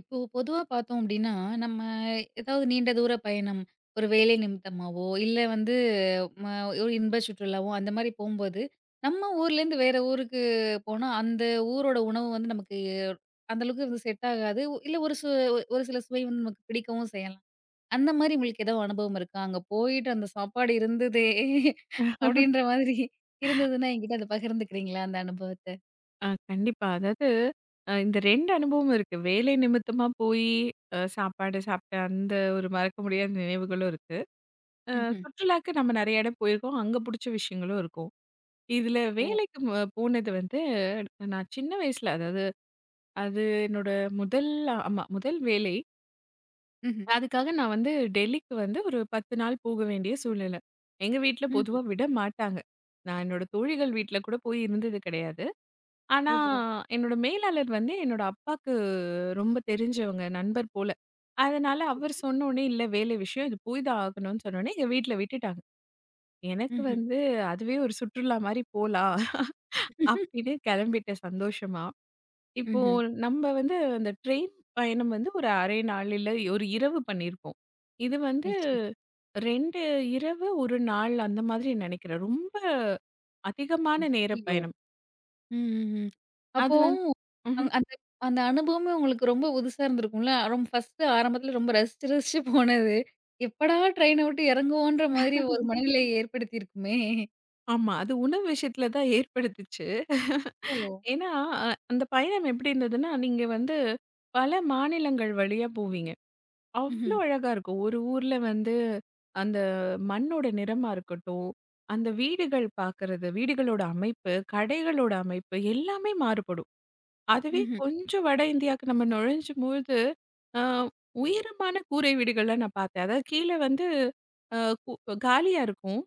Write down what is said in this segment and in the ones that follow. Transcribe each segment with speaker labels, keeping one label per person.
Speaker 1: இப்போ பொதுவா பார்த்தோம் அப்டின்னா, நம்ம ஏதாவது நீண்ட தூர பயணம், ஒரு வேலை நிமித்தமாவோ, இல்ல வந்து ம ஒரு இன்ப சுற்றுலாவோ அந்த மாரி போம்போது, நம்ம ஊர்லேருந்து வேற ஊருக்கு போனா, அந்த ஊரோட உணவு வந்து நமக்கு அந்த அளவுக்கு வந்து செட் ஆகாது. ஒ- இல்ல ஒரு சு ஒரு சில சுவை வந்து நமக்கு பிடிக்கவும் செய்யலாம். அந்த மாரி உங்களுக்கு ஏதோ அனுபவம் இருக்கா? அங்க போயிட்டு அந்த சாப்பாடு இருந்ததே அப்டின்ற மாதிரி இருந்ததுன்னா, என்கிட்ட அத பகிர்ந்துக்கிறீங்களா அந்த அனுபவத்த?
Speaker 2: ஆ, கண்டிப்பா. அதாவது இந்த 2 அனுபவம் இருக்கு. வேலை நிமித்தமா போயி சாப்பாடு சாப்பிட்ட அந்த ஒரு மறக்க முடியாத நினைவுகளும் இருக்கு. அ
Speaker 1: ம்ஹ்ம்.
Speaker 2: சுற்றுலாக்கு நம்ம நெறைய இடம் போயிருக்கோம். அங்க புடிச்ச விஷயங்களும் இருக்கும். இதுல
Speaker 1: ஓ!
Speaker 2: வேலைக்கு போனது வந்து நான் சின்ன வயசுல அதாவது அது என்னோட முதல், ஆமா, முதல் வேலை.
Speaker 1: ம்ஹ்ம்.
Speaker 2: அதுக்காக நான் வந்து டெல்லிக்கு வந்து ஒரு 10 நாள் போக வேண்டிய சூழ்நிலை. எங்க வீட்ல
Speaker 1: ம்ஹ்ம்.
Speaker 2: பொதுவா விட மாட்டாங்க. நான் என்னோட தோழிகள் வீட்ல கூட போய் இருந்தது கிடையாது. ஆனா,
Speaker 1: ஓஹோ!
Speaker 2: என்னோட மேலாளர் வந்து என்னோட அப்பாக்கு ரொம்ப தெரிஞ்சவங்க, நண்பர் போல. அதனால அவர் சொன்னோனே, "இல்ல, வேலை விஷயம். இது போய் தான் ஆகணும்னு" சொன்னோனே, எங்க வீட்ல விட்டுட்டாங்க. எனக்கு
Speaker 1: ம்ஹ்ம்.
Speaker 2: வந்து அதுவே ஒரு சுற்றுலா மாரி போலாம்
Speaker 1: ம்ஹ்ம்.
Speaker 2: அப்படின்னு கிளம்பிட்டேன் சந்தோஷமா. இப்போ நம்ம வந்து அந்த ட்ரெயின் பயணம் வந்து ஒரு 1/2 நாள், இல்ல ஒரு இரவு பண்ணியிருப்போம். இது வந்து
Speaker 1: நிச்சயமா.
Speaker 2: 2 இரவு, 1 நாள் அந்த மாதிரி நினைக்கிறேன். ரொம்ப அதிகமான நேர
Speaker 1: ஐயய்யோ!
Speaker 2: பயணம்.
Speaker 1: ம், ம், ம்.
Speaker 2: அது
Speaker 1: அப்போ
Speaker 2: வந்து
Speaker 1: அந்
Speaker 2: ம்ஹ்ம்.
Speaker 1: அந்த அந்த அனுபவமே உங்களுக்கு ரொம்ப புதுசா இருந்திருக்கும்ல. ரொம்ப ஃபர்ஸ்ட்டு ஆரம்பத்துல ரொம்ப ரசிச்சு, ரசிச்சு போனது. எப்படா ட்ரெயின விட்டு இறங்குவோன்ற மாதிரி ஒரு மனநிலையை ஏற்படுத்தியிருக்குமே!
Speaker 2: ஆமா, அது உணவு விஷயத்துல தான் ஏற்படுத்துச்சு.
Speaker 1: ஓ!
Speaker 2: ஏன்னா, அந்த பயணம் எப்படி இருந்ததுன்னா, நீங்க வந்து பல மாநிலங்கள் வழியா போவீங்க. அவ்ளோ
Speaker 1: ம்ஹ்ம்,
Speaker 2: அழகா இருக்கும். ஒரு ஊர்ல வந்து அந்த மண்ணோட நிறமா இருக்கட்டும், அந்த வீடுகள் பார்க்கறது, வீடுகளோட அமைப்பு, கடைகளோட அமைப்பு எல்லாமே மாறுபடும். அதுவே
Speaker 1: ம்ஹ்ம்.
Speaker 2: கொஞ்சம் வட இந்தியாவுக்கு நம்ம நுழைஞ்சும்பொழுது, அ உயரமான கூரை வீடுகள்லாம் நான் பார்த்தேன். அதாவது கீழ வந்து அ கு காலியா இருக்கும்.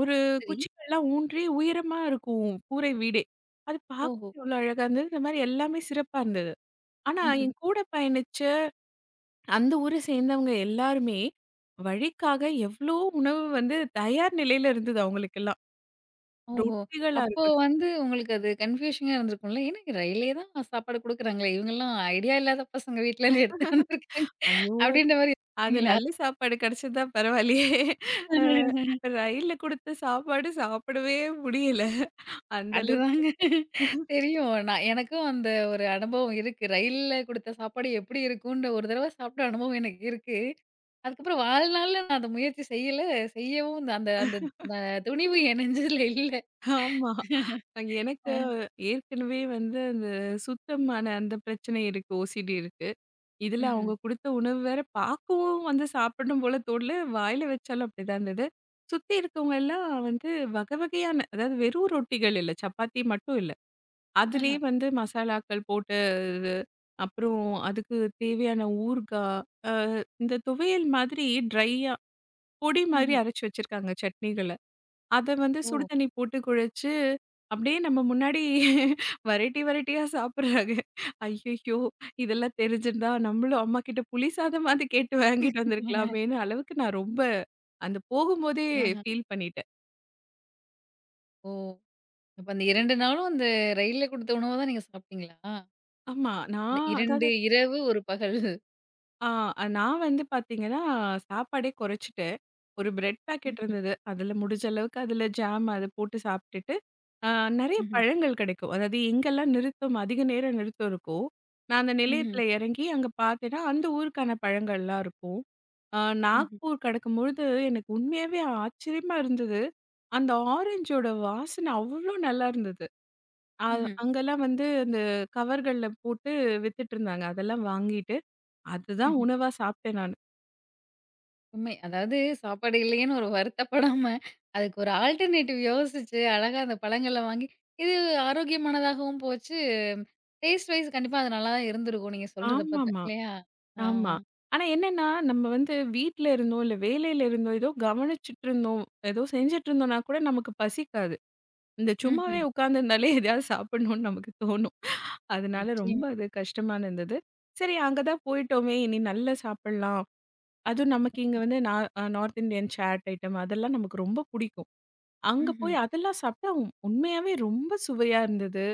Speaker 2: ஒரு
Speaker 1: சரி.
Speaker 2: குச்சிகள்லாம் ஊன்றி உயரமா இருக்கும் கூரை வீடே. அது பார்க்க
Speaker 1: ஓஹோ!
Speaker 2: எவ்வளோ அழகா இருந்தது. இந்த மாரி எல்லாமே சிறப்பா இருந்தது. ஆனா,
Speaker 1: ம்ஹ்ம்.
Speaker 2: என் கூட பயணிச்ச அந்த ஊரை சேர்ந்தவங்க எல்லாருமே, வழிக்காக எவ்ளோ உணவு வந்து தயார் நிலையில இருந்தது அவங்களுக்கெல்லாம்.
Speaker 1: ஓஹோ!
Speaker 2: ரொட்டிகளா
Speaker 1: அப்போ
Speaker 2: இருக்கட்டும்.
Speaker 1: வந்து உங்களுக்கு அது கன்ஃப்யூஷனா இருந்திருக்கும்ல. ஏன்னா ரயில்லயே தான் சாப்பாடு குடுக்குறாங்களே! இவங்கலாம் ஐடியா இல்லாத பசங்க வீட்லேருந்து எடுத்துட்டு வந்திருக்காங்க.
Speaker 2: ஐயோ,
Speaker 1: அப்டின்ற மாரி
Speaker 2: அது
Speaker 1: யோசிச்சீங்களா?
Speaker 2: நல்ல சாப்பாடு கிடைச்சதா பரவாயில்லையே! அ ரயில்ல குடுத்த சாப்பாடு சாப்பிடவே முடியல. அந்த அளவுக்கு
Speaker 1: அதுதாங்க. தெரியும். நான் எனக்கும் அந்த ஒரு அனுபவம் இருக்கு. ரயில்ல குடுத்த சாப்பாடு எப்படி இருக்குன்ற ஒரு தடவ சாப்பிட்ட அனுபவம் எனக்கு இருக்கு. அதுக்கப்புறம் வாழ்நாள்ல நான் அந்த முயற்சி செய்யல. செய்யவும் இந்த அந்த அந்த அ துணிவு என் நெஞ்சுல இல்ல.
Speaker 2: ஆமா. அங்க எனக்கு ஏற்கனவே வந்து அந்த சுத்தமான அந்த பிரச்சனை இருக்கு. ஓசிடி இருக்கு. இதுல
Speaker 1: ம்ஹ்ம்.
Speaker 2: அவங்க குடுத்த உணவு வேற பார்க்கவும் வந்து சாப்பிடணும் போல தோணல. வாயில வச்சாலும் அப்படிதான் இருந்தது. சுத்தி இருக்கவங்க எல்லாம் வந்து வகை வகையான, அதாவது வெறும் ரொட்டிகள் இல்ல. சப்பாத்தி மட்டும் இல்ல.
Speaker 1: ஆஹா.
Speaker 2: அதிலேயே வந்து மசாலாக்கள் போட்டு இது. அப்புறம் அதுக்கு தேவையான ஊறுகாய், அ இந்த துவையல் மாதிரி ட்ரையா பொடி மாதிரி
Speaker 1: ம்ஹ்ம்.
Speaker 2: அரைச்சு வச்சிருக்காங்க சட்னிகள. அத வந்து சுடு
Speaker 1: ஓ!
Speaker 2: தண்ணி போட்டு குழச்சு, அப்படியே நம்ம முன்னாடி வெரைட்டி வெரைட்டியா சாப்பிடுறாங்க. ஐய்யய்யோ! இதெல்லாம் தெரிஞ்சிருந்தா நம்மளும் அம்மா கிட்ட புளி சாதமாவது கேட்டு வாங்கிட்டு வந்திருக்கலாமேன்னு அளவுக்கு நான் ரொம்ப அந்த போகும்போதே
Speaker 1: ஆஹா.
Speaker 2: ஃபீல் பண்ணிட்டேன்.
Speaker 1: ஓ! அப்ப அந்த 2 நாளும் அந்த ரயில்ல குடுத்த உணவ தான் நீங்க சாப்பிட்டீங்களா?
Speaker 2: ஆமா. நான்
Speaker 1: அந்த 2
Speaker 2: அதாவது
Speaker 1: இரவு, 1 பகல்.
Speaker 2: ஆ, நான் வந்து பார்த்தீங்கன்னா, சாப்பாடே குறைச்சுட்டு, ஒரு பிரெட் பாக்கெட்
Speaker 1: ம்ஹ்ம்.
Speaker 2: இருந்தது. அதில முடிஞ்ச அளவுக்கு அதில ஜாம் அத போட்டு சாப்பிட்டுட்டு, அ நெறைய
Speaker 1: ம்ஹ்ம்.
Speaker 2: பழங்கள் கிடைக்கும். அதாவது எங்கெல்லாம் நிறுத்தம் அதிக நேரம் நிறுத்தம் இருக்கோ, நான் அந்த
Speaker 1: ம்ஹ்ம்.
Speaker 2: நிலையத்தில இறங்கி அங்க பார்த்தேன்னா, அந்த ஊருக்கான பழங்கள்லாம் இருக்கும். அ
Speaker 1: ம்ஹ்ம்.
Speaker 2: நாக்பூர் கடக்கும்பொழுது எனக்கு உண்மையாவே ஆச்சரியமா இருந்தது. அந்த ஆரஞ்சோட வாசனை அவ்ளோ நல்லா இருந்தது. அ
Speaker 1: ம்ஹ்ம்.
Speaker 2: அங்கெல்லாம் வந்து அந்த கவர்கள்ல போட்டு வித்துட்டு இருந்தாங்க. அதெல்லாம் வாங்கிட்டு அதுதான்
Speaker 1: ம்ஹ்ம்.
Speaker 2: உணவா சாப்பிட்டேன் நானு.
Speaker 1: உண்மை. அதாவது சாப்பாடு இல்லையேன்னு ஒரு வருத்தப்படாம, அதுக்கு ஒரு ஆல்டர்னேட்டிவ் யோசிச்சு, அழகா அந்த பழங்கள வாங்கி இது ஆரோக்கியமானதாகவும் போச்சு. டேஸ்ட் வைஸ் கண்டிப்பா அது நல்லா தான் இருந்திருக்கும். நீங்க சொல்றத பார்த்தா
Speaker 2: ஆமாமா,
Speaker 1: இல்லையா? ஆ.
Speaker 2: ஆமா. ஆனா என்னன்னா, நம்ம வந்து வீட்ல இருந்தோம், இல்ல வேலையில இருந்தோம், ஏதோ கவனிச்சுட்டு இருந்தோம், ஏதோ செஞ்சுட்டு இருந்தோம்னா கூட நமக்கு பசிக்காது. இந்த சும்மாவே
Speaker 1: ம்ஹ்ம்.
Speaker 2: உட்கார்ந்திருந்தாலே எதையாவது சாப்பிடணும்னு நமக்கு தோணும். அதனால ரொம்ப
Speaker 1: நிச்சயமா.
Speaker 2: அது கஷ்டமா இருந்தது. சரி, அங்க தான் போயிட்டோமே, இனி நல்லா சாப்பிடலாம். அதுவும் நமக்கு இங்க வந்து நார்த் இந்தியன் சாட் ஐட்டம் அதெல்லாம் நமக்கு ரொம்ப புடிக்கும். அங்க
Speaker 1: ம்ஹ்ம்.
Speaker 2: போய் அதெல்லாம் சாப்பிட்டா உண்மையாவே ரொம்ப சுவையா இருந்தது.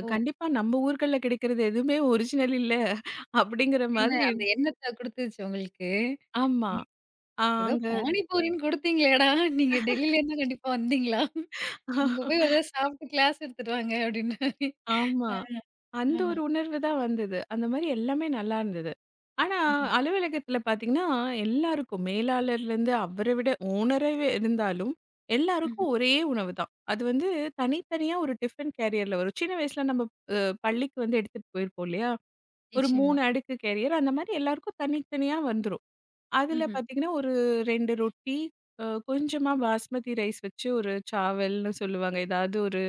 Speaker 1: ஓ!
Speaker 2: கண்டிப்பா நம்ம ஊர்கள்ல கிடைக்கிறது எதுவுமே ஒரிஜினல் இல்ல. அப்படிங்கிற
Speaker 1: அப்படின்னு
Speaker 2: மாதிரி
Speaker 1: அந்த எண்ணத்த குடுத்துருச்சு உங்களுக்கு.
Speaker 2: ஆமா.
Speaker 1: ஏ- ஏதோ
Speaker 2: அங்க
Speaker 1: பானிபூரின்னு குடுத்தீங்களேடா! நீங்க டெல்லில இருந்து கண்டிப்பா வந்தீங்களா? அங்க போய் ஒரு தடவ சாப்பிட்டு கிளாஸ் எடுத்துட்டு வாங்க அப்படின்னாரு.
Speaker 2: ஆமா, அந்த
Speaker 1: ஆஹா.
Speaker 2: ஒரு உணர்வு தான் வந்தது. அந்த மாரி எல்லாமே நல்லா இருந்தது. ஆனா,
Speaker 1: ம்ஹ்ம்.
Speaker 2: அலுவலகத்தில பார்த்தீங்கன்னா, எல்லாருக்கும் மேலாளர்லேருந்து அவர விட ஓனராவே இருந்தாலும்,
Speaker 1: ம்ஹ்ம்.
Speaker 2: எல்லாருக்கும் ஒரே உணவு தான். அது வந்து தனித்தனியா ஒரு டிஃபன் கேரியர்ல வரும். சின்ன வயசுல நம்ம அ பள்ளிக்கு வந்து எடுத்துட்டு போயிருப்போம் இல்லையா? ஒரு
Speaker 1: நிச்சயமா.
Speaker 2: 3 அடுக்கு கேரியர் அந்த மாரி எல்லாருக்கும் தனித்தனியா வந்துரும். அதுல
Speaker 1: ம்ஹ்ம்.
Speaker 2: பாத்தீங்கன்னா, ஒரு 2 ரொட்டி, அ கொஞ்சமா பாஸ்மதி ரைஸ் வச்சு ஒரு சாவல்ன்னு சொல்லுவாங்க. ஏதாவது ஒரு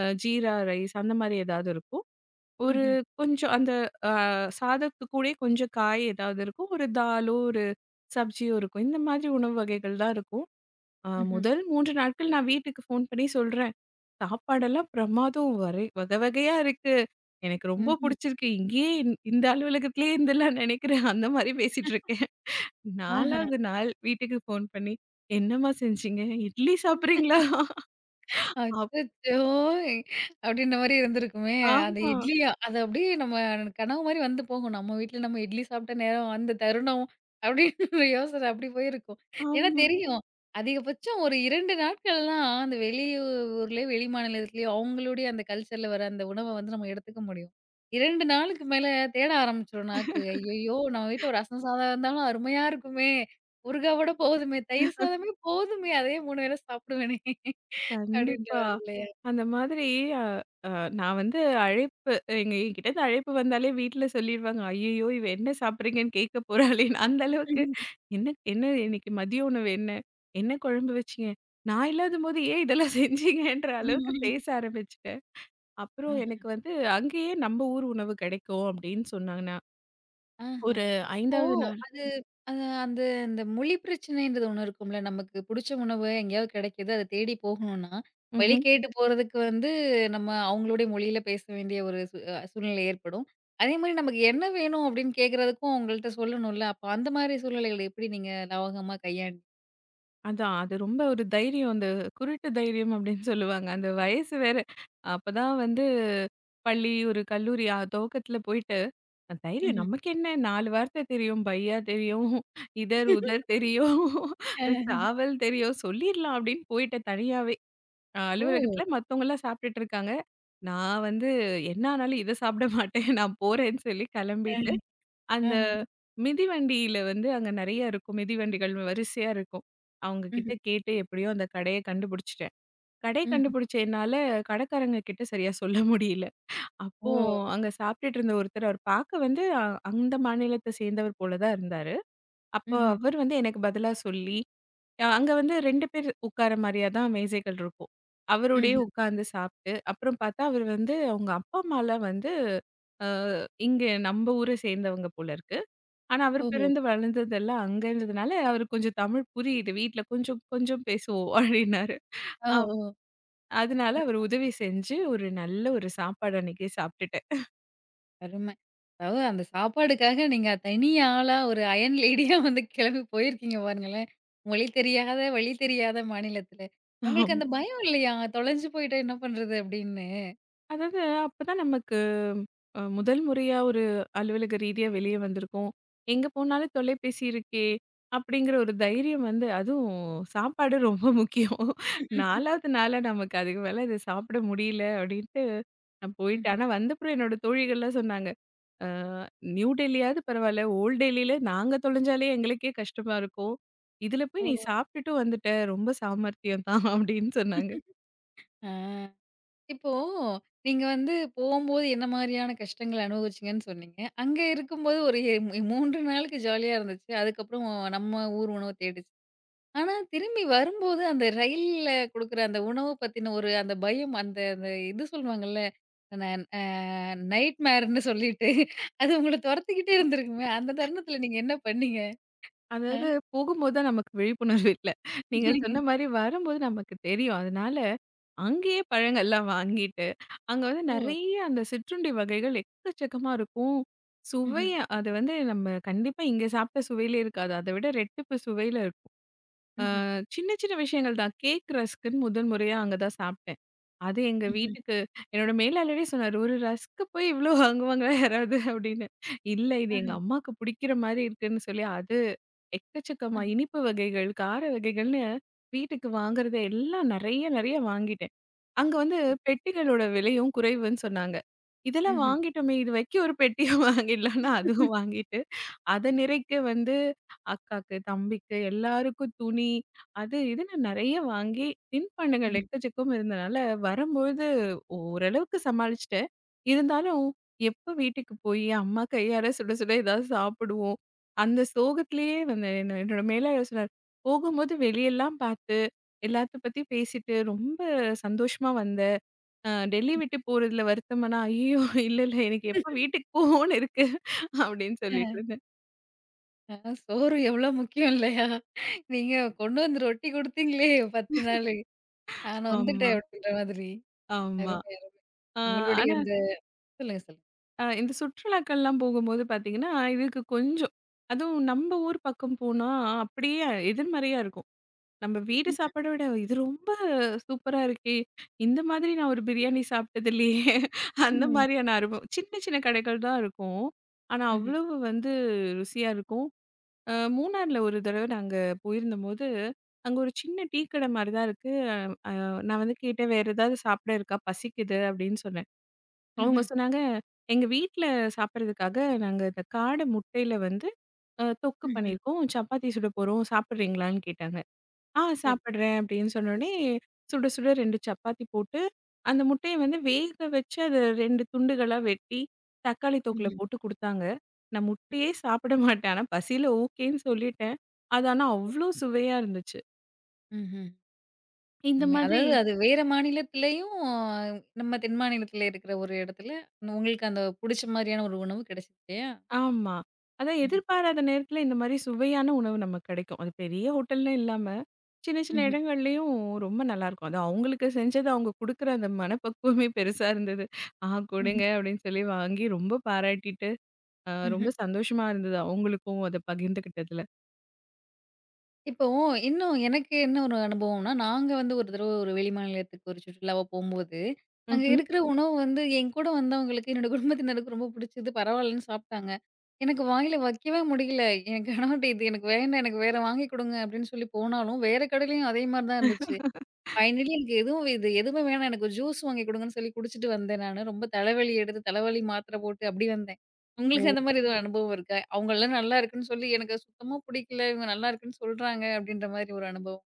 Speaker 2: ஜீரா ரைஸ் அந்த மாரி ஏதாவது இருக்கும். ஒரு
Speaker 1: ம்ஹ்ம்.
Speaker 2: கொஞ்சம் அந்த அ சாதத்துக்கூடயே கொஞ்சம் காய் ஏதாவது இருக்கும். ஒரு தாலோ, ஒரு சப்ஜியோ இருக்கும். இந்த மாதிரி உணவு வகைகள் தான் இருக்கும்.
Speaker 1: ம்ஹ்ம்.
Speaker 2: முதல் 3 நாட்கள் நான் வீட்டுக்கு ஃபோன் பண்ணி சொல்றேன். சாப்பாடெல்லாம் பிரமாதம் வரை வகை வகையா இருக்கு. எனக்கு ரொம்ப
Speaker 1: ம்ஹ்ம்.
Speaker 2: புடிச்சிருக்கு. இங்கேயே இந்த இந்த அலுவலகத்திலேயே இருந்துடலாம்னு நினைக்கிறேன். அந்த மாரி பேசிட்டு இருக்கேன்.
Speaker 1: ஆஹா.
Speaker 2: 4வது நாள் வீட்டுக்கு ஃபோன் பண்ணி, "என்னம்மா செஞ்சீங்க? இட்லி சாப்பிடுறீங்களா?" அப்
Speaker 1: அச்சச்சோ! அப்டின்ற மாரி இருந்திருக்குமே. அந்த
Speaker 2: ஆமா,
Speaker 1: இட்லியா அது அப்படியே நம்ம கனவு மாரி வந்து போகும். நம்ம வீட்ல நம்ம இட்லி சாப்பிட்ட நேரம், அந்த தருணம் அப்டின்ற யோசனை அப்படி போயிருக்கும். ஏன்னா
Speaker 2: ஆமா,
Speaker 1: தெரியும். அதிகபட்சம் ஒரு 2 நாட்கள்லாம் அந்த வெளியூர்லயோ, வெளி மாநிலத்திலயோ அவங்களுடைய அந்த கல்ச்சர்ல வர அந்த உணவ வந்து நம்ம எடுத்துக்க முடியும். 2 நாளுக்கு மேல தேட ஆரம்பிச்சுரும் நாக்கு. ஐயய்யோ! நம்ம வீட்ல ஒரு ரசம் சாதம் இருந்தாலும் அருமையா இருக்குமே! ஊறுகாவோட போதுமே! தயிர் சாதமே போதுமே! அதே 3 வேள சாப்பிடுவேனே! அப்படின்ற
Speaker 2: கண்டிப்பா.
Speaker 1: மாதிரி இல்லையா?
Speaker 2: அந்த மாதிரி அ அ நான் வந்து அழைப்பு, எங்க என்கிட்டருந்து அழைப்பு வந்தாலே வீட்ல சொல்லிருவாங்க. "ஐயய்யோ, இவ என்ன சாப்பிடுறீங்கன்னு கேட்க போறாளேன்னு." அந்த அளவுக்கு, "என்ன என்ன இன்னைக்கு மதிய உணவு என்ன? என்ன குழம்பு வச்சீங்க? நான் இல்லாதபோது ஏன் இதெல்லாம் செஞ்சீங்கன்ற" அளவுக்கு பேச ஆரம்பிச்சுட்டேன். அப்புறம்
Speaker 1: ஆஹ,
Speaker 2: எனக்கு வந்து அங்கேயே நம்ம ஊர் உணவு கிடைக்கும் அப்படின்னு சொன்னாங்கன்னா,
Speaker 1: ஆஹ.
Speaker 2: ஒரு
Speaker 1: இப்போ
Speaker 2: 5வது நாள்
Speaker 1: அது அது அந்த அந்த மொழி பிரச்சனைன்றது ஒண்ணு இருக்கும்ல. நமக்கு புடிச்ச உணவு எங்கேயாவது கிடைக்குது. அத தேடி போகணும்னா, வழி
Speaker 2: ம்ஹ்ம்.
Speaker 1: கேட்டு போறதுக்கு வந்து நம்ம அவங்களுடைய மொழியில பேச வேண்டிய ஒரு சூ அ சூழ்நிலை ஏற்படும். அதேமாரி நமக்கு என்ன வேணும் அப்படின்னு கேட்கறதுக்கும் அவங்கள்ட்ட சொல்லணும்ல. அப்ப அந்த மாரி சூழ்நிலைகள எப்படி நீங்க லாவகமா கையாண்டு
Speaker 2: அதான், அது ரொம்ப ஒரு தைரியம். அந்த குருட்டு தைரியம் அப்படின்னு சொல்லுவாங்க. அந்த வயசு வேற. அப்பதான் வந்து பள்ளி, ஒரு கல்லூரி துவக்கத்துல போயிட்டு, தைரியம்
Speaker 1: ம்ஹ்ம்.
Speaker 2: நமக்கு என்ன 4 வார்த்தை தெரியும். பையா தெரியும், இதர், உதர் தெரியும்,
Speaker 1: அஹ.
Speaker 2: சாவல் தெரியும். சொல்லிடலாம் அப்படின்னு போயிட்டேன் தனியாவே.
Speaker 1: ஓ!
Speaker 2: அலுவலகத்துல மத்தவங்கலாம் சாப்பிட்டுட்டு இருக்காங்க. நான் வந்து என்ன ஆனாலும் இத சாப்பிட மாட்டேன். நான் போறேன்னு சொல்லி கிளம்பிட்டு
Speaker 1: அஹ.
Speaker 2: அந்த
Speaker 1: ஆஹ.
Speaker 2: மிதிவண்டியில வந்து அங்க நெறைய இருக்கும். மிதிவண்டிகள் வரிசையா இருக்கும். அவங்க
Speaker 1: ம்ஹ்ம்.
Speaker 2: கிட்ட கேட்டு எப்படியோ அந்த கடைய கண்டுபிடிச்சுட்டேன். கடைய
Speaker 1: ம்ஹ்ம்.
Speaker 2: கண்டுபிடிச்சதுனால கடைக்காரங்க கிட்ட சரியா சொல்ல முடியல. அப்போ
Speaker 1: ஓ!
Speaker 2: அங்க சாப்பிட்டுட்டு இருந்த ஒருத்தர் அவர் பார்க்க வந்து அந்த மாநிலத்த சேர்ந்தவர் போல தான் இருந்தாரு. அப்போ
Speaker 1: ம்ஹ்ம்.
Speaker 2: அவர் வந்து எனக்கு பதிலா சொல்லி அங்க வந்து 2 பேர் உட்கார மாரியா தான் மேசைகள் இருக்கும். அவரோடயே
Speaker 1: ம்ஹ்ம்.
Speaker 2: உட்கார்ந்து சாப்பிட்டு, அப்புறம் பார்த்தா அவர் வந்து அவங்க அப்பா அம்மாலாம் வந்து அ இங்க நம்ம ஊர சேர்ந்தவங்க போல இருக்கு. ஆனா, அவரு
Speaker 1: ஓஹோ!
Speaker 2: பிறந்து வளர்ந்ததெல்லாம் அங்கன்றதுனால, அவருக்கு கொஞ்சம் தமிழ் புரியுது. வீட்ல கொஞ்சம் கொஞ்சம் பேசுவோம் அப்டின்னாரு.
Speaker 1: ஓ!
Speaker 2: அப்
Speaker 1: ஓ!
Speaker 2: அதனால அவரு உதவி செஞ்சு, ஒரு நல்ல ஒரு சாப்பாடு அன்னைக்கே சாப்ட்டுட்டேன்.
Speaker 1: அருமை. அதாவது அந்த சாப்பாடுக்காக நீங்க தனி ஆளா ஒரு அயன் லேடியா வந்து கிளம்பி போயிருக்கீங்க பாருங்களேன். மொழி தெரியாத, வழி தெரியாத மாநிலத்துல. உங்களுக்கு அந்த பயம் இல்லையா? தொலைஞ்சு போயிட்டா என்ன பண்றது அப்படின்னு?
Speaker 2: அதாவது அப்பதான் நமக்கு முதல் முறையா ஒரு அலுவலக ரீதியா வெளிய வந்திருக்கோம். எங்க போனாலும் தொலைபேசி இருக்கே. அப்டிங்கிற ஒரு தைரியம் வந்து அதுவும் சாப்பாடு ரொம்ப முக்கியம். 4வது நாளா நமக்கு அதுக்கு மேல இத சாப்பிட முடியல அப்டின்ட்டு நான் போயிட்டேன்.
Speaker 1: ம்ஹ்ம்.
Speaker 2: ஆனா, வந்தப்புறம் என்னோட தோழிகள்லாம் சொன்னாங்க. அ நியூ டெல்லியாவது பரவால்ல. ஓல்ட் டெல்லியில நாங்க தொலைஞ்சாலே எங்களுக்கே கஷ்டமா இருக்கும். "இதுல
Speaker 1: ஓ!
Speaker 2: போய் நீ சாப்பிட்டுட்டு வந்துட்ட. ரொம்ப சாமர்த்தியம் தான்" அப்படின்னு சொன்னாங்க.
Speaker 1: ஆ. இப்போ நீங்க வந்து போம்போது என்ன மாரியான கஷ்டங்கள அனுபவிச்சீங்கன்னு சொன்னீங்க. அங்க இருக்கும்போது ஒரு எ 3 நாளுக்கு ஜாலியா இருந்துச்சு. அதுக்கப்புறம் நம்ம ஊர் உணவு தேடுச்சு. ஆனா, திரும்பி வரும்போது அந்த ரயில்ல குடுக்குற அந்த உணவு பத்தின ஒரு அந்த பயம், அந்த அந்த இது சொல்லுவாங்கல்ல, ந அ நைட் மேர்ன்னு சொல்லிட்டு, அது உங்கள தொரத்திக்கிட்டே இருந்திருக்குமே! அந்த தருணத்தில நீங்க என்ன பண்ணீங்க? அ.
Speaker 2: அதாவது போகும்போது தான் நமக்கு விழிப்புணர்வு இல்ல. நீங்க சொன்ன மாரி வரும்போது நமக்கு தெரியும். அதனால அங்கேயே பழங்கள்லாம் வாங்கிட்டு, அங்க வந்து
Speaker 1: ஓ!
Speaker 2: நெறைய அந்த சிற்றுண்டி வகைகள் எக்கச்சக்கமா இருக்கும். சுவை,
Speaker 1: ம்ஹ்ம்.
Speaker 2: அது வந்து நம்ம கண்டிப்பா இங்க சாப்பிட்ட சுவையிலே இருக்காது. அத விட ரெட்டிப்பு சுவையில இருக்கும்.
Speaker 1: ம்ஹ்ம்.
Speaker 2: சின்ன சின்ன விஷயங்கள் தான். கேக் ரஸ்க்குன்னு முதல் முறையா அங்க தான் சாப்பிட்டேன். அது எங்க
Speaker 1: ம்ஹ்ம்.
Speaker 2: வீட்டுக்கு என்னோட மேலாளரே சொன்னாரு, "ஒரு ரஸ்க்கு போய் இவ்ளோ வாங்குவாங்களா யாராவது?" அப்படின்னு. "இல்ல, இது எங்க
Speaker 1: ஆஹா.
Speaker 2: அம்மாக்கு புடிக்கிற மாரி இருக்குன்னு" சொல்லி அது
Speaker 1: ஆ.
Speaker 2: எக்கச்சக்கமா இனிப்பு வகைகள், கார வகைகள்னு வீட்டுக்கு வாங்குறத எல்லாம் நெறைய நெறைய வாங்கிட்டேன். அங்க வந்து
Speaker 1: சரி.
Speaker 2: பெட்டிகளோட விலையும் குறைவுன்னு சொன்னாங்க. இதெல்லாம்
Speaker 1: ம்ஹ்ம்.
Speaker 2: வாங்கிட்டோமே, இது வைக்க ஒரு பெட்டிய வாங்கிடலாம்னு அதுவும் வாங்கிட்டேன். அத நிறைக்க வந்து அக்காக்கு, தம்பிக்கு எல்லாருக்கும் துணி, அது இதுன்னு நெறைய வாங்கி தின்பண்டங்கள்
Speaker 1: ம்ஹ்ம்.
Speaker 2: எக்கச்சக்கம் இருந்தனால வரும்பொழுது ஓரளவுக்கு சமாளிச்சுட்டேன். இருந்தாலும் எப்ப வீட்டுக்கு போய் அம்மா கையாற சுட சுட ஏதாவது சாப்பிடுவோம். அந்த சோகத்திலேயே வந்து என்ன என்னோட மேலாளர் சொன்னாரு, "போகும்போது வெளியெல்லாம் பார்த்து, எல்லாத்த பத்தி பேசிட்டு ரொம்ப சந்தோஷமா வந்த. டெல்லி விட்டு போறதுல வருத்தமானா?" "ஐயய்யோ, இல்ல, இல்ல, எனக்கு எப்ப வீட்டுக்கு போவோம்னு இருக்கு." அப்படின்னு
Speaker 1: அ.
Speaker 2: சொல்லிட்டு.
Speaker 1: அ சோறு எவ்ளோ முக்கியம் இல்லையா? நீங்க கொண்டு வந்து ரொட்டி குடுத்தீங்களே 10 நாளு. நான்
Speaker 2: ஆமா,
Speaker 1: வந்துட்டேன் அப்டின்ற மாதிரி.
Speaker 2: ஆமா.
Speaker 1: அருமையா இருக்கு.
Speaker 2: அ
Speaker 1: உங்களுடைய
Speaker 2: ஆனா
Speaker 1: அந்த சொல்லுங்க, சொல்லுங்க.
Speaker 2: இந்த சுற்றுலாக்கள்லாம் போகும்போது பார்த்தீங்கன்னா, இதுக்கு கொஞ்சம் அதுவும் நம்ம ஊர் பக்கம் போனா அப்படியே எதிர்மறையா இருக்கும். நம்ம வீடு
Speaker 1: ம்ஹ்ம்.
Speaker 2: சாப்பாட விட இது ரொம்ப சூப்பரா இருக்கே! இந்த மாதிரி நான் ஒரு பிரியாணி சாப்பிட்டதில்லையே! அந்த
Speaker 1: ம்.
Speaker 2: மாதிரியான அனுபவம். சின்ன சின்ன கடைகள் தான் இருக்கும். ஆனா
Speaker 1: ம்ஹ்ம்.
Speaker 2: அவ்வளவு வந்து ருசியா இருக்கும். மூணார்ல ஒரு தடவ நாங்க போயிருந்தபோது, அங்க ஒரு சின்ன டீ கடை மாரி தான் இருக்கு. நான் வந்து கேட்டேன், "வேற ஏதாவது சாப்பிட இருக்கா? பசிக்குது" அப்படின்னு சொன்னேன். அவங்க
Speaker 1: ம்ஹ்ம்.
Speaker 2: சொன்னாங்க, "எங்க வீட்ல சாப்பிடுறதுக்காக நாங்க இந்த காடை முட்டையில வந்து தொக்கு
Speaker 1: ம்ஹ்ம்.
Speaker 2: பண்ணியிருக்கோம். சப்பாத்தி சுட போறோம். சாப்பிடுறீங்களான்னு?" கேட்டாங்க. "ஆ,
Speaker 1: சரி.
Speaker 2: சாப்பிடுறேன்" அப்படின்னு சொன்னோனே, சுட சுட 2 சப்பாத்தி போட்டு, அந்த முட்டைய வந்து வேக வச்சு அத 2 துண்டுகளா வெட்டி, தக்காளி தொக்குல
Speaker 1: ம்ஹ்ம்.
Speaker 2: போட்டு குடுத்தாங்க. நான் முட்டையே சாப்பிட மாட்டேன். ஆனா பசியில ஓகேன்னு சொல்லிட்டேன். அது ஆனா அவ்ளோ சுவையா இருந்துச்சு.
Speaker 1: ம்ஹ்ம்.
Speaker 2: இந்த
Speaker 1: அருமை.
Speaker 2: மாதிரி
Speaker 1: அதாவது அது வேற மாநிலத்திலயும், நம்ம தென் மாநிலத்தில இருக்கிற ஒரு இடத்துல, உங்களுக்கு அந்த புடிச்ச மாரியான ஒரு உணவு கிடைச்சது இல்லையா?
Speaker 2: ஆமா. அதான்
Speaker 1: ம்ஹ்ம்.
Speaker 2: எதிர்பாராத நேரத்துல இந்த மாரி சுவையான உணவு நமக்கு கிடைக்கும். அது பெரிய ஹோட்டல்ன்னு இல்லாம. சின்ன சின்ன
Speaker 1: ம்ஹ்ம்.
Speaker 2: இடங்கள்லயும் ரொம்ப நல்லாருக்கும். அது அவங்களுக்கு செஞ்சது அவங்க குடுக்குற அந்த மனப்பக்குவமே பெருசா இருந்தது. "ஆ,
Speaker 1: ம்ஹ்ம்.
Speaker 2: குடுங்க" அப்படின்னு சொல்லி வாங்கி ரொம்ப பாராட்டிட்டு, ரொம்ப
Speaker 1: ம்ஹ்ம்.
Speaker 2: சந்தோஷமா இருந்தது அவங்களுக்கும் அத பகிர்ந்துக்கிட்டதுல.
Speaker 1: இப்போ இன்னும் எனக்கு என்ன ஒரு அனுபவம்னா, நாங்க வந்து ஒரு தடவ ஒரு வெளிமாநிலத்துக்கு ஒரு சுற்றுலாவா போம்போது, அங்க
Speaker 2: ம்ஹ்ம்.
Speaker 1: இருக்கிற உணவு வந்து என் கூட வந்தவங்களுக்கு, என்னோட குடும்பத்தினருக்கு ரொம்ப புடிச்சது, பரவாயில்லன்னு சாப்ட்டாங்க. எனக்கு வாயில வைக்கவே முடியல. என் கணவர்ட்ட "இது எனக்கு வேண்டாம், எனக்கு வேற வாங்கி குடுங்க" அப்படின்னு சொல்லி போனாலும், வேற கடையிலயும் அதே மாரி தான் இருந்துச்சு. ஃபைனலி எனக்கு எதுவும் எதுவுமே வேணாம். எனக்கு ஒரு ஜூஸ் வாங்கி குடுங்கன்னு சொல்லி குடிச்சுட்டு வந்தேன் நானு. ரொம்ப தலைவலி எடுத்து, தலைவலி மாத்திரை போட்டு அப்படி வந்தேன். உங்களுக்கு
Speaker 2: ஓ!
Speaker 1: அந்த மாரி எதுவும் அனுபவம் இருக்கா? அவங்கலாம் நல்லா இருக்குன்னு சொல்லி எனக்கு சுத்தமா பிடிக்கல. இவங்க நல்லா இருக்குன்னு சொல்றாங்க அப்படின்ற மாரி ஒரு அனுபவம்?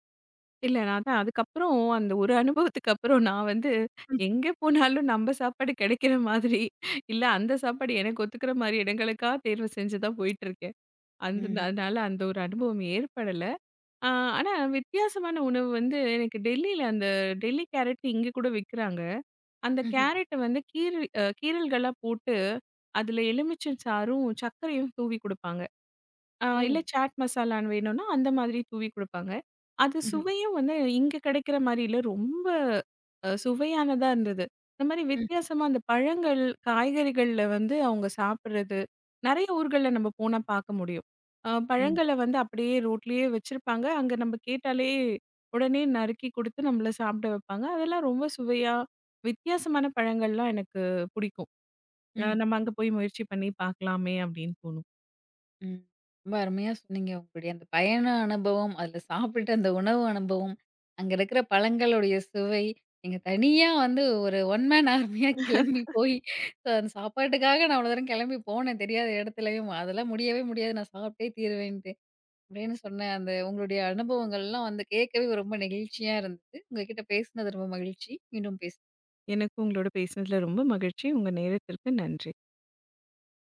Speaker 2: இல்ல, நான் அதான் அதுக்கப்புறம் அந்த ஒரு அனுபவத்துக்கு அப்புறம் நான் வந்து
Speaker 1: ம்.
Speaker 2: எங்கே போனாலும் நம்ப சாப்பாடு கிடைக்கிற மாதிரி, இல்ல அந்த சாப்பாடு எனக்கு ஒத்துக்கிற மாரி இடங்களுக்கா தேர்வு செஞ்சு தான் போயிட்டுருக்கேன். அந்த
Speaker 1: ம்ஹ்ம்.
Speaker 2: அதனால அந்த ஒரு அனுபவம் ஏற்படல. ஆ, ஆனா வித்தியாசமான உணவு வந்து எனக்கு டெல்லியில அந்த டெல்லி கேரட் இங்க கூட விக்கிறாங்க. அந்த
Speaker 1: ம்ஹ்ம்.
Speaker 2: கேரட்ட வந்து கீறி கீறல்களா போட்டு, அதுல எலுமிச்சை சாறும், சர்க்கரையும் தூவி குடுப்பாங்க. ஆ,
Speaker 1: ஓ!
Speaker 2: இல்ல சாட் மசாலான்னு வேணும்னா, அந்த மாதிரி தூவி குடுப்பாங்க. அது
Speaker 1: ம்ஹ்ம்.
Speaker 2: சுவையும் வந்து இங்க கிடைக்கிற மாரி இல்ல. ரொம்ப சுவையானதா இருந்தது. இந்த மாரி
Speaker 1: ம்,
Speaker 2: வித்தியாசமா அந்த பழங்கள், காய்கறிகள்ல வந்து அவங்க சாப்பிடுறது, நெறைய ஊர்கள்ல நம்ம போனா பார்க்க முடியும்.
Speaker 1: ம்,
Speaker 2: பழங்கள வந்து அப்படியே ரோட்லயே வச்சிருப்பாங்க. அங்க நம்ம கேட்டாலே உடனே நறுக்கி குடுத்து நம்மள சாப்பிட வைப்பாங்க. அதெல்லாம் ரொம்ப சுவையா, வித்தியாசமான பழங்கள்லாம் எனக்கு பிடிக்கும்.
Speaker 1: ம்.
Speaker 2: நம்ம அங்க போய் முயற்சி பண்ணி பார்க்கலாமே அப்படின்னு தோணும்.
Speaker 1: ம். ரொம்ப அருமையா சொன்னீங்க. உங்களுடைய அந்த பயண அனுபவம், அதுல சாப்பிட்ட அந்த உணவு அனுபவம், அங்க இருக்கிற பழங்களுடைய சுவை, நீங்க தனியா வந்து ஒரு ஒன் மேன் ஆர்மியா கிளம்பி போய் அந்த சாப்பாட்டுக்காக நான் அவ்வளோ தூரம் கிளம்பி போனேன் தெரியாத இடத்துலயும். அதெல்லாம் முடியவே முடியாது நான் சாப்பிட்டே தீருவேன்ட்டு. அப்படின்னு சொன்ன அந்த உங்களுடைய அனுபவங்கள்லாம் வந்து கேட்கவே ரொம்ப நெகிழ்ச்சியா இருந்தது. உங்ககிட்ட பேசினது ரொம்ப மகிழ்ச்சி. மீண்டும் பேச
Speaker 2: எனக்கு உங்களோட பேசினதுல ரொம்ப மகிழ்ச்சி. உங்க நேரத்திற்கு நன்றி.